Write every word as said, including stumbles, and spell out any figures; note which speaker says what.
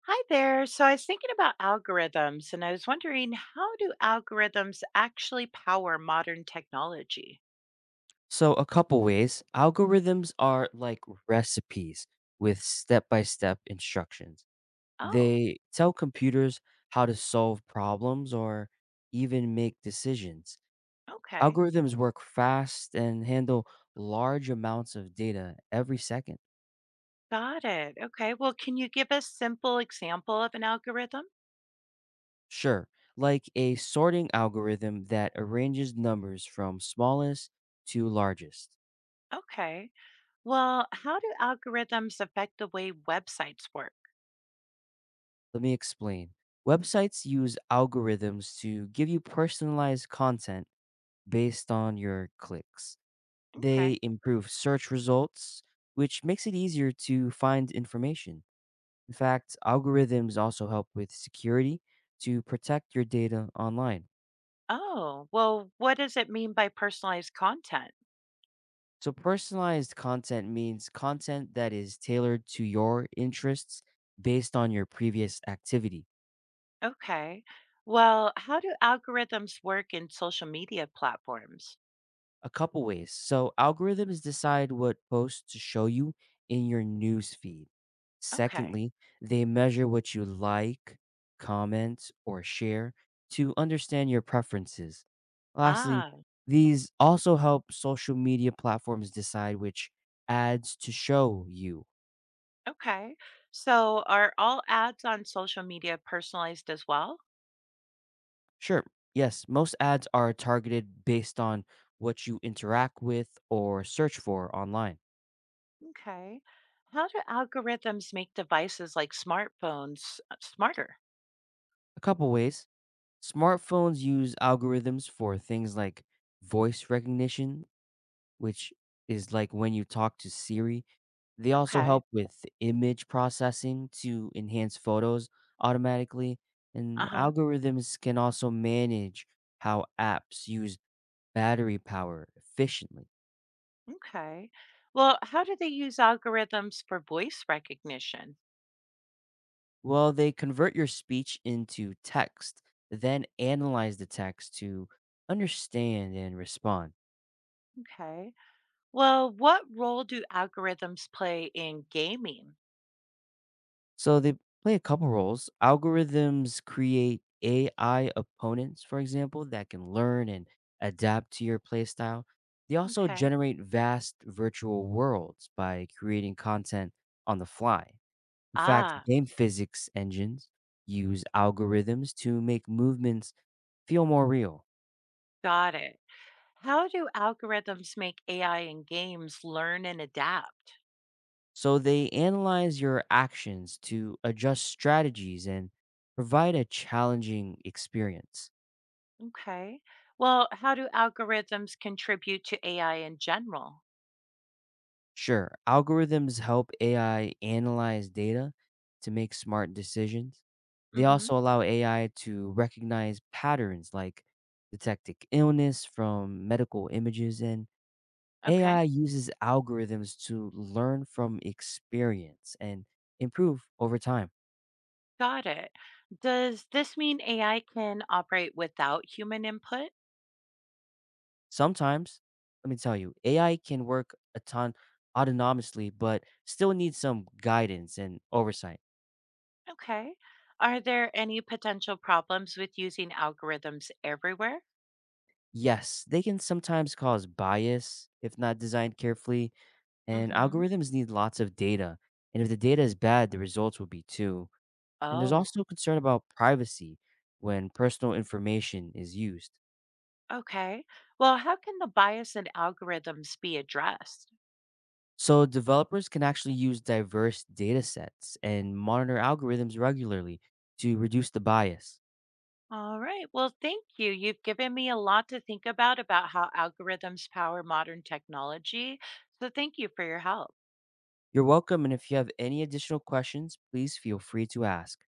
Speaker 1: Hi there. So I was thinking about algorithms and I was wondering, how do algorithms actually power modern technology?
Speaker 2: So, a couple ways. Algorithms are like recipes with step by step instructions.
Speaker 1: Oh,
Speaker 2: They tell computers how to solve problems or even make decisions.
Speaker 1: okay.
Speaker 2: Algorithms work fast and handle large amounts of data every second.
Speaker 1: Got it. Okay. Well, can you give a simple example of an algorithm?
Speaker 2: Sure, like a sorting algorithm that arranges numbers from smallest to largest.
Speaker 1: Okay. Well, how do algorithms affect the way websites work?
Speaker 2: Let me explain. Websites use algorithms to give you personalized content based on your clicks.
Speaker 1: Okay.
Speaker 2: They improve search results, which makes it easier to find information. In fact, algorithms also help with security to protect your data online.
Speaker 1: Oh, well, what does it mean by personalized content?
Speaker 2: So, personalized content means content that is tailored to your interests based on your previous activity.
Speaker 1: Okay. Well, how do algorithms work in social media platforms?
Speaker 2: A couple ways. So algorithms decide what posts to show you in your news feed.
Speaker 1: Okay.
Speaker 2: Secondly, they measure what you like, comment, or share to understand your preferences. Lastly,
Speaker 1: Ah,
Speaker 2: these also help social media platforms decide which ads to show you.
Speaker 1: okay. So are all ads on social media personalized as well?
Speaker 2: Sure, yes, most ads are targeted based on what you interact with or search for online.
Speaker 1: Okay. How do algorithms make devices like smartphones uh, smarter?
Speaker 2: A couple ways. Smartphones use algorithms for things like voice recognition, which is like when you talk to Siri. They also
Speaker 1: Okay.
Speaker 2: help with image processing to enhance photos automatically.
Speaker 1: Uh
Speaker 2: And
Speaker 1: huh.
Speaker 2: algorithms can also manage how apps use battery power efficiently.
Speaker 1: Okay. Well, how do they use algorithms for voice recognition?
Speaker 2: Well, they convert your speech into text, then analyze the text to understand and respond.
Speaker 1: Okay. Well, what role do algorithms play in gaming?
Speaker 2: So they play a couple roles. Algorithms create A I opponents, for example, that can learn and adapt to your playstyle. They also
Speaker 1: Okay.
Speaker 2: generate vast virtual worlds by creating content on the fly. In fact,
Speaker 1: Ah,
Speaker 2: game physics engines use algorithms to make movements feel more real.
Speaker 1: got it. How do algorithms make A I in games learn and adapt?
Speaker 2: So they analyze your actions to adjust strategies and provide a challenging experience.
Speaker 1: Okay. Well, how do algorithms contribute to A I in general?
Speaker 2: Sure, algorithms help A I analyze data to make smart decisions. They
Speaker 1: Hmm.
Speaker 2: also allow A I to recognize patterns like detecting illness from medical images, and
Speaker 1: Okay.
Speaker 2: A I uses algorithms to learn from experience and improve over time.
Speaker 1: Got it. Does this mean A I can operate without human input?
Speaker 2: Sometimes, let me tell you, A I can work a ton autonomously, but still needs some guidance and oversight.
Speaker 1: Okay. Are there any potential problems with using algorithms everywhere?
Speaker 2: Yes, they can sometimes cause bias if not designed carefully, and
Speaker 1: Hmm.
Speaker 2: algorithms need lots of data. And if the data is bad, the results will be too. And there's
Speaker 1: Oh,
Speaker 2: also concern about privacy when personal information is used.
Speaker 1: okay. Well, how can the bias in algorithms be addressed?
Speaker 2: So developers can actually use diverse data sets and monitor algorithms regularly to reduce the bias.
Speaker 1: All right. Well, thank you. You've given me a lot to think about about how algorithms power modern technology. So thank you for your help.
Speaker 2: You're welcome, and if you have any additional questions, please feel free to ask.